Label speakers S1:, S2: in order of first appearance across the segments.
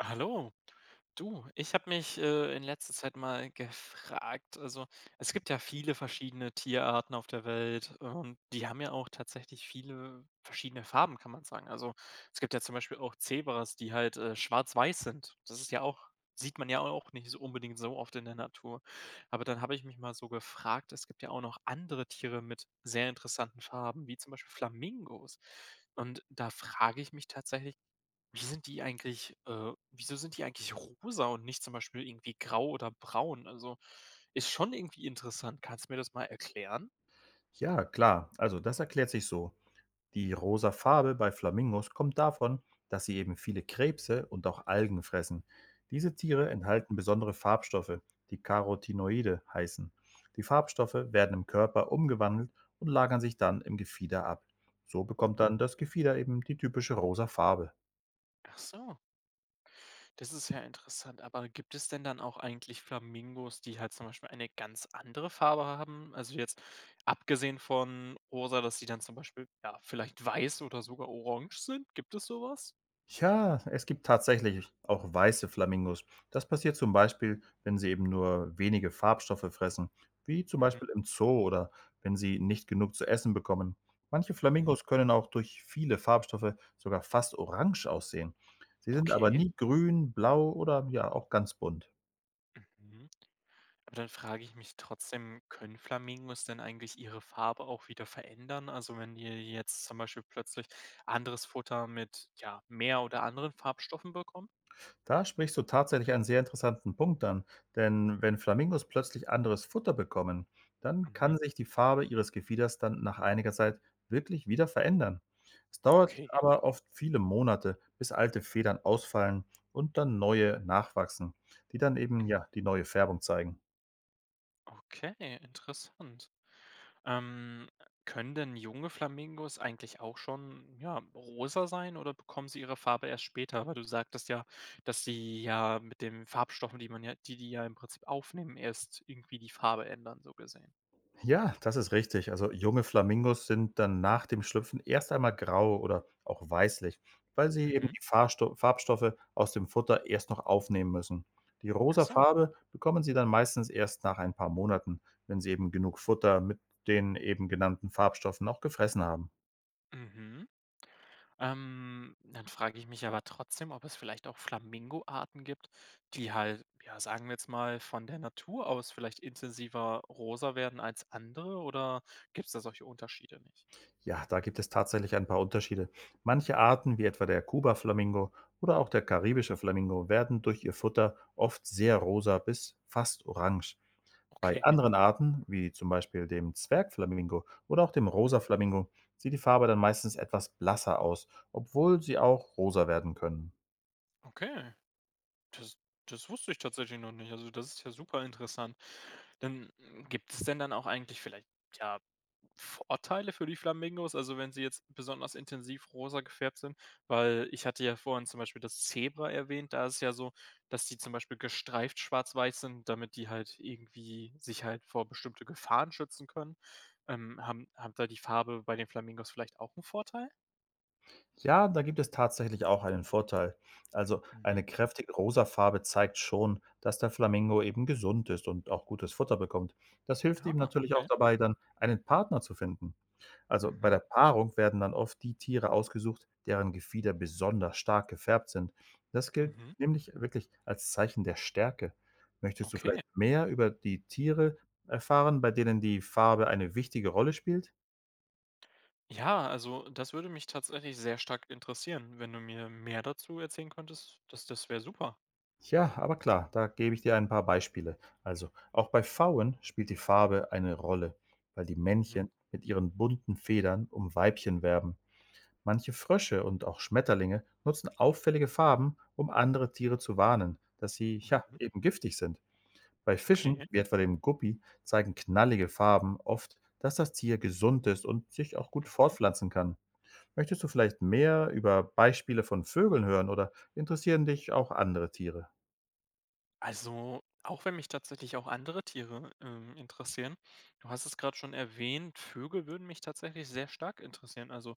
S1: Hallo. Du, ich habe mich in letzter Zeit mal gefragt, also es gibt ja viele verschiedene Tierarten auf der Welt und die haben ja auch tatsächlich viele verschiedene Farben, kann man sagen. Also es gibt ja zum Beispiel auch Zebras, die halt schwarz-weiß sind. Das ist ja auch, sieht man ja auch nicht so unbedingt so oft in der Natur. Aber dann habe ich mich mal so gefragt, es gibt ja auch noch andere Tiere mit sehr interessanten Farben, wie zum Beispiel Flamingos. Und da frage ich mich tatsächlich, wie sind die eigentlich wieso sind die eigentlich rosa und nicht zum Beispiel irgendwie grau oder braun? Also, ist schon irgendwie interessant. Kannst du mir das mal erklären?
S2: Ja, klar. Also das erklärt sich so. Die rosa Farbe bei Flamingos kommt davon, dass sie eben viele Krebse und auch Algen fressen. Diese Tiere
S1: Mhm.
S2: enthalten besondere Farbstoffe, die Carotinoide heißen. Die Farbstoffe werden im Körper umgewandelt und lagern sich dann im Gefieder ab. So bekommt
S1: Hm.
S2: dann das Gefieder eben die typische rosa Farbe.
S1: Ach so, das ist ja interessant. Aber gibt es denn dann auch eigentlich Flamingos, die halt zum Beispiel eine ganz andere Farbe haben? Also jetzt abgesehen von rosa, dass sie dann zum Beispiel, ja, vielleicht weiß oder sogar orange sind. Gibt es sowas?
S2: Ja, es gibt tatsächlich auch weiße Flamingos. Das passiert zum Beispiel, wenn sie eben nur wenige Farbstoffe fressen, wie zum
S1: Mhm,
S2: Beispiel im Zoo oder wenn sie nicht genug zu essen bekommen. Manche
S1: mhm.
S2: Flamingos können auch durch viele Farbstoffe sogar fast orange aussehen. Sie sind aber
S1: Okay.
S2: nie grün, blau oder ja auch ganz bunt.
S1: Mhm. Aber dann frage ich mich trotzdem, können Flamingos denn eigentlich ihre Farbe auch wieder verändern? Also wenn die jetzt zum Beispiel plötzlich anderes Futter mit ja, mehr oder anderen Farbstoffen bekommen?
S2: Da sprichst du tatsächlich einen sehr interessanten Punkt an, denn wenn Flamingos plötzlich anderes Futter bekommen, dann
S1: Mhm.
S2: kann sich die Farbe ihres Gefieders dann nach einiger Zeit wirklich wieder verändern. Es dauert
S1: Okay.
S2: aber oft viele Monate, bis alte Federn ausfallen und dann neue nachwachsen, die dann eben ja die neue Färbung zeigen.
S1: Okay, interessant. Ähm, können denn junge Flamingos eigentlich auch schon ja, rosa sein oder bekommen sie ihre Farbe erst später? Weil du sagtest ja, dass sie ja mit den Farbstoffen, die man ja, die ja im Prinzip aufnehmen, erst irgendwie die Farbe ändern, so gesehen.
S2: Ja, das ist richtig. Also junge Flamingos sind dann nach dem Schlüpfen erst einmal grau oder auch weißlich, weil sie eben
S1: Mhm.
S2: die Farbstoffe aus dem Futter erst noch aufnehmen müssen. Die
S1: Ach
S2: rosa
S1: so.
S2: Farbe bekommen sie dann meistens erst nach ein paar Monaten, wenn sie eben genug Futter mit den eben genannten Farbstoffen auch gefressen haben.
S1: Mhm. Dann frage ich mich aber trotzdem, ob es vielleicht auch Flamingoarten gibt, die halt, ja, sagen wir jetzt mal, von der Natur aus vielleicht intensiver rosa werden als andere oder gibt es da solche Unterschiede nicht?
S2: Ja, da gibt es tatsächlich ein paar Unterschiede. Manche Arten, wie etwa der Kuba-Flamingo oder auch der karibische Flamingo, werden durch ihr Futter oft sehr rosa bis fast orange. Bei
S1: Okay,
S2: anderen Arten, wie zum Beispiel dem Zwergflamingo oder auch dem Rosa Flamingo, sieht die Farbe dann meistens etwas blasser aus, obwohl sie auch rosa werden können.
S1: okay. Das, das wusste ich tatsächlich noch nicht. Also das ist ja super interessant. Dann gibt es denn dann auch eigentlich vielleicht, ja, Vorteile für die Flamingos, also wenn sie jetzt besonders intensiv rosa gefärbt sind, weil ich hatte ja vorhin zum Beispiel das Zebra erwähnt, da ist es ja so, dass die zum Beispiel gestreift schwarz-weiß sind, damit die halt irgendwie sich halt vor bestimmte Gefahren schützen können. Haben da die Farbe bei den Flamingos vielleicht auch einen Vorteil?
S2: Ja, da gibt es tatsächlich auch einen Vorteil. Also
S1: Mhm.
S2: eine kräftige rosa Farbe zeigt schon, dass der Flamingo eben gesund ist und auch gutes Futter bekommt. Das hilft ihm
S1: Ah,
S2: natürlich auch
S1: okay.
S2: dabei, dann einen Partner zu finden. Also bei der
S1: Mhm,
S2: Paarung werden dann oft die Tiere ausgesucht, deren Gefieder besonders stark gefärbt sind. Das gilt
S1: mhm.
S2: nämlich wirklich als Zeichen der Stärke. Möchtest du
S1: Okay.
S2: vielleicht mehr über die Tiere erfahren, bei denen die Farbe eine wichtige Rolle spielt?
S1: Ja, also das würde mich tatsächlich sehr stark interessieren. Wenn du mir mehr dazu erzählen könntest, das wäre super.
S2: Ja, aber klar, da gebe ich dir ein paar Beispiele. Also, auch bei Pfauen spielt die Farbe eine Rolle, weil die
S1: Mhm,
S2: Männchen mit ihren bunten Federn um Weibchen werben. Manche Frösche und auch Schmetterlinge nutzen auffällige Farben, um andere Tiere zu warnen, dass sie, ja,
S1: mhm.
S2: eben giftig sind. Bei Fischen,
S1: Okay.
S2: wie etwa dem Guppi, zeigen knallige Farben oft, dass das Tier gesund ist und sich auch gut
S1: Mhm.
S2: fortpflanzen kann. Möchtest du vielleicht mehr über Beispiele von Vögeln hören oder interessieren dich auch andere Tiere?
S1: Also, auch wenn mich tatsächlich auch andere Tiere, interessieren. Du hast es gerade schon erwähnt, Vögel würden mich tatsächlich sehr stark interessieren. Also,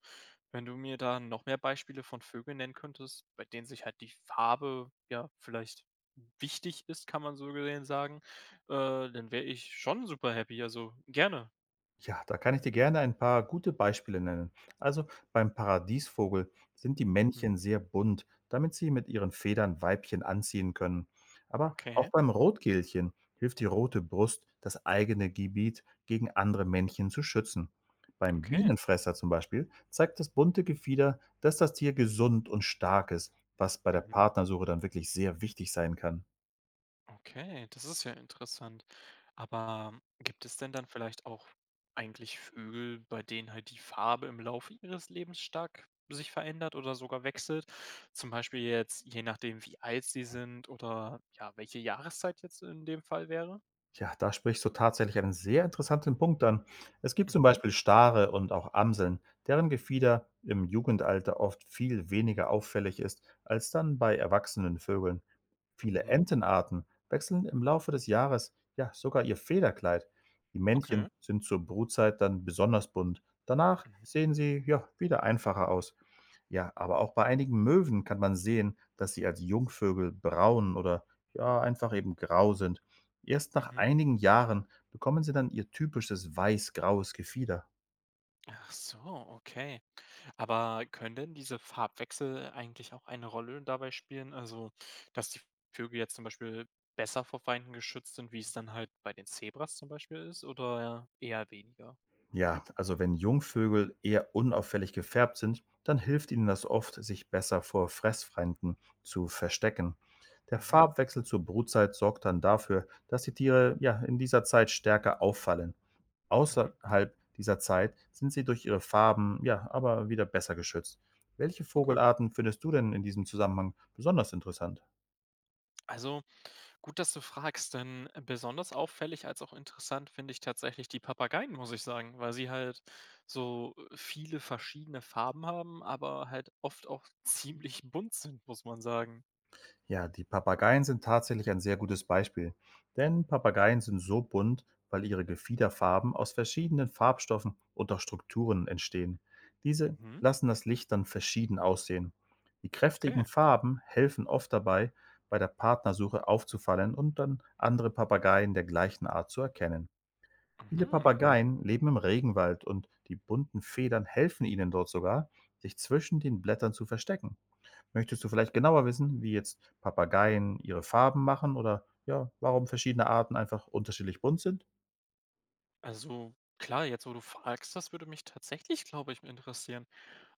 S1: wenn du mir da noch mehr Beispiele von Vögeln nennen könntest, bei denen sich halt die Farbe, ja, vielleicht wichtig ist, kann man so gesehen sagen, äh, dann wäre ich schon super happy. Also, gerne.
S2: Ja, da kann ich dir gerne ein paar gute Beispiele nennen. Also beim Paradiesvogel sind die
S1: Mhm.
S2: Männchen sehr bunt, damit sie mit ihren Federn Weibchen anziehen können. Aber
S1: Okay,
S2: auch beim Rotkehlchen hilft die rote Brust, das eigene Gebiet gegen andere Männchen zu schützen. Beim
S1: okay.
S2: Bienenfresser zum Beispiel zeigt das bunte Gefieder, dass das Tier gesund und stark ist, was bei der
S1: Mhm.
S2: Partnersuche dann wirklich sehr wichtig sein kann.
S1: Okay, das ist ja interessant. Aber gibt es denn dann vielleicht auch eigentlich Vögel, bei denen halt die Farbe im Laufe ihres Lebens stark sich verändert oder sogar wechselt? Zum Beispiel jetzt je nachdem, wie alt sie sind oder ja, welche Jahreszeit jetzt in dem Fall wäre?
S2: Ja, da sprichst du tatsächlich einen sehr interessanten Punkt an. Es gibt zum
S1: Mhm,
S2: Beispiel Stare und auch Amseln, deren Gefieder im Jugendalter oft viel weniger auffällig ist als dann bei erwachsenen Vögeln. Viele
S1: mhm,
S2: Entenarten wechseln im Laufe des Jahres ja sogar ihr Federkleid. Die
S1: okay.
S2: Männchen sind zur Brutzeit dann besonders bunt. Danach
S1: Mhm,
S2: sehen sie ja wieder einfacher aus. Ja, aber auch bei einigen Möwen kann man sehen, dass sie als Jungvögel braun oder ja einfach eben grau sind. Erst nach
S1: mhm.
S2: einigen Jahren bekommen sie dann ihr typisches weiß-graues Gefieder.
S1: Ach so, okay. Aber können denn diese Farbwechsel eigentlich auch eine Rolle dabei spielen? Also, dass die Vögel jetzt zum Beispiel besser vor Feinden geschützt sind, wie es dann halt bei den Zebras zum Beispiel ist, oder eher weniger?
S2: Ja, also wenn Jungvögel eher unauffällig gefärbt sind, dann hilft ihnen das oft, sich besser vor Fressfeinden zu verstecken. Der
S1: Mhm,
S2: Farbwechsel zur Brutzeit sorgt dann dafür, dass die Tiere ja in dieser Zeit stärker auffallen.
S1: mhm,
S2: Außerhalb dieser Zeit sind sie durch ihre Farben ja aber wieder besser geschützt. Welche
S1: okay.
S2: Vogelarten findest du denn in diesem Zusammenhang besonders interessant?
S1: Also gut, dass du fragst, denn besonders auffällig als auch interessant finde ich tatsächlich die Papageien, muss ich sagen, weil sie halt so viele verschiedene Farben haben, aber halt oft auch ziemlich bunt sind, muss man sagen.
S2: Ja, die Papageien sind tatsächlich ein sehr gutes Beispiel, denn Papageien sind so bunt, weil ihre Gefiederfarben aus verschiedenen Farbstoffen und auch Strukturen entstehen. Diese
S1: Mhm,
S2: lassen das Licht dann verschieden aussehen. Die
S1: okay.
S2: kräftigen Farben helfen oft dabei, bei der Partnersuche aufzufallen und dann andere Papageien der gleichen Art zu erkennen. Viele
S1: Mhm.
S2: Papageien leben im Regenwald und die bunten Federn helfen ihnen dort sogar, sich zwischen den Blättern zu verstecken. Möchtest du vielleicht genauer wissen, wie jetzt Papageien ihre Farben machen oder ja, warum verschiedene Arten einfach unterschiedlich bunt sind?
S1: Also klar, jetzt wo du fragst, das würde mich tatsächlich, glaube ich, interessieren.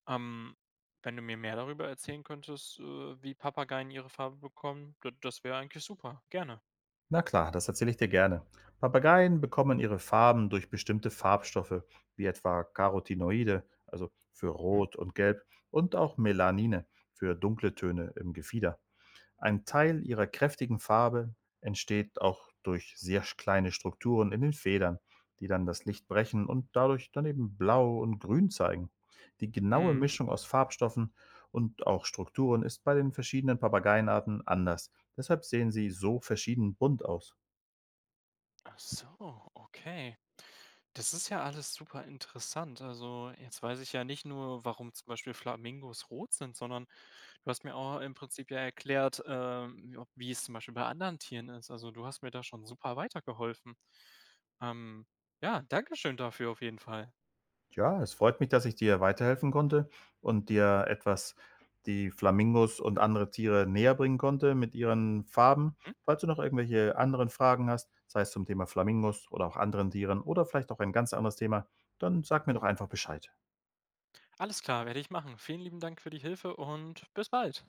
S1: Ähm, wenn du mir mehr darüber erzählen könntest, wie Papageien ihre Farbe bekommen, das wäre eigentlich super. Gerne.
S2: Na klar, das erzähle ich dir gerne. Papageien bekommen ihre Farben durch bestimmte Farbstoffe, wie etwa Carotinoide, also für
S1: Mhm.
S2: Rot und Gelb, und auch Melanine für dunkle Töne im Gefieder. Ein Teil ihrer kräftigen Farbe entsteht auch durch sehr kleine Strukturen in den Federn, die dann das Licht brechen und dadurch dann eben blau und grün zeigen. Die genaue
S1: Mm,
S2: Mischung aus Farbstoffen und auch Strukturen ist bei den verschiedenen Papageienarten anders. Deshalb sehen sie so verschieden bunt aus.
S1: ach so, okay. Das ist ja alles super interessant. Also, jetzt weiß ich ja nicht nur, warum zum Beispiel Flamingos rot sind, sondern du hast mir auch im Prinzip ja erklärt, wie es zum Beispiel bei anderen Tieren ist. Also, du hast mir da schon super weitergeholfen. Ähm, ja, Dankeschön dafür auf jeden Fall.
S2: Ja, es freut mich, dass ich dir weiterhelfen konnte und dir etwas die Flamingos und andere Tiere näherbringen konnte mit ihren Farben.
S1: Hm?
S2: Falls du noch irgendwelche anderen Fragen hast, sei es zum Thema Flamingos oder auch anderen Tieren oder vielleicht auch ein ganz anderes Thema, dann sag mir doch einfach Bescheid.
S1: Alles klar, werde ich machen. Vielen lieben Dank für die Hilfe und bis bald.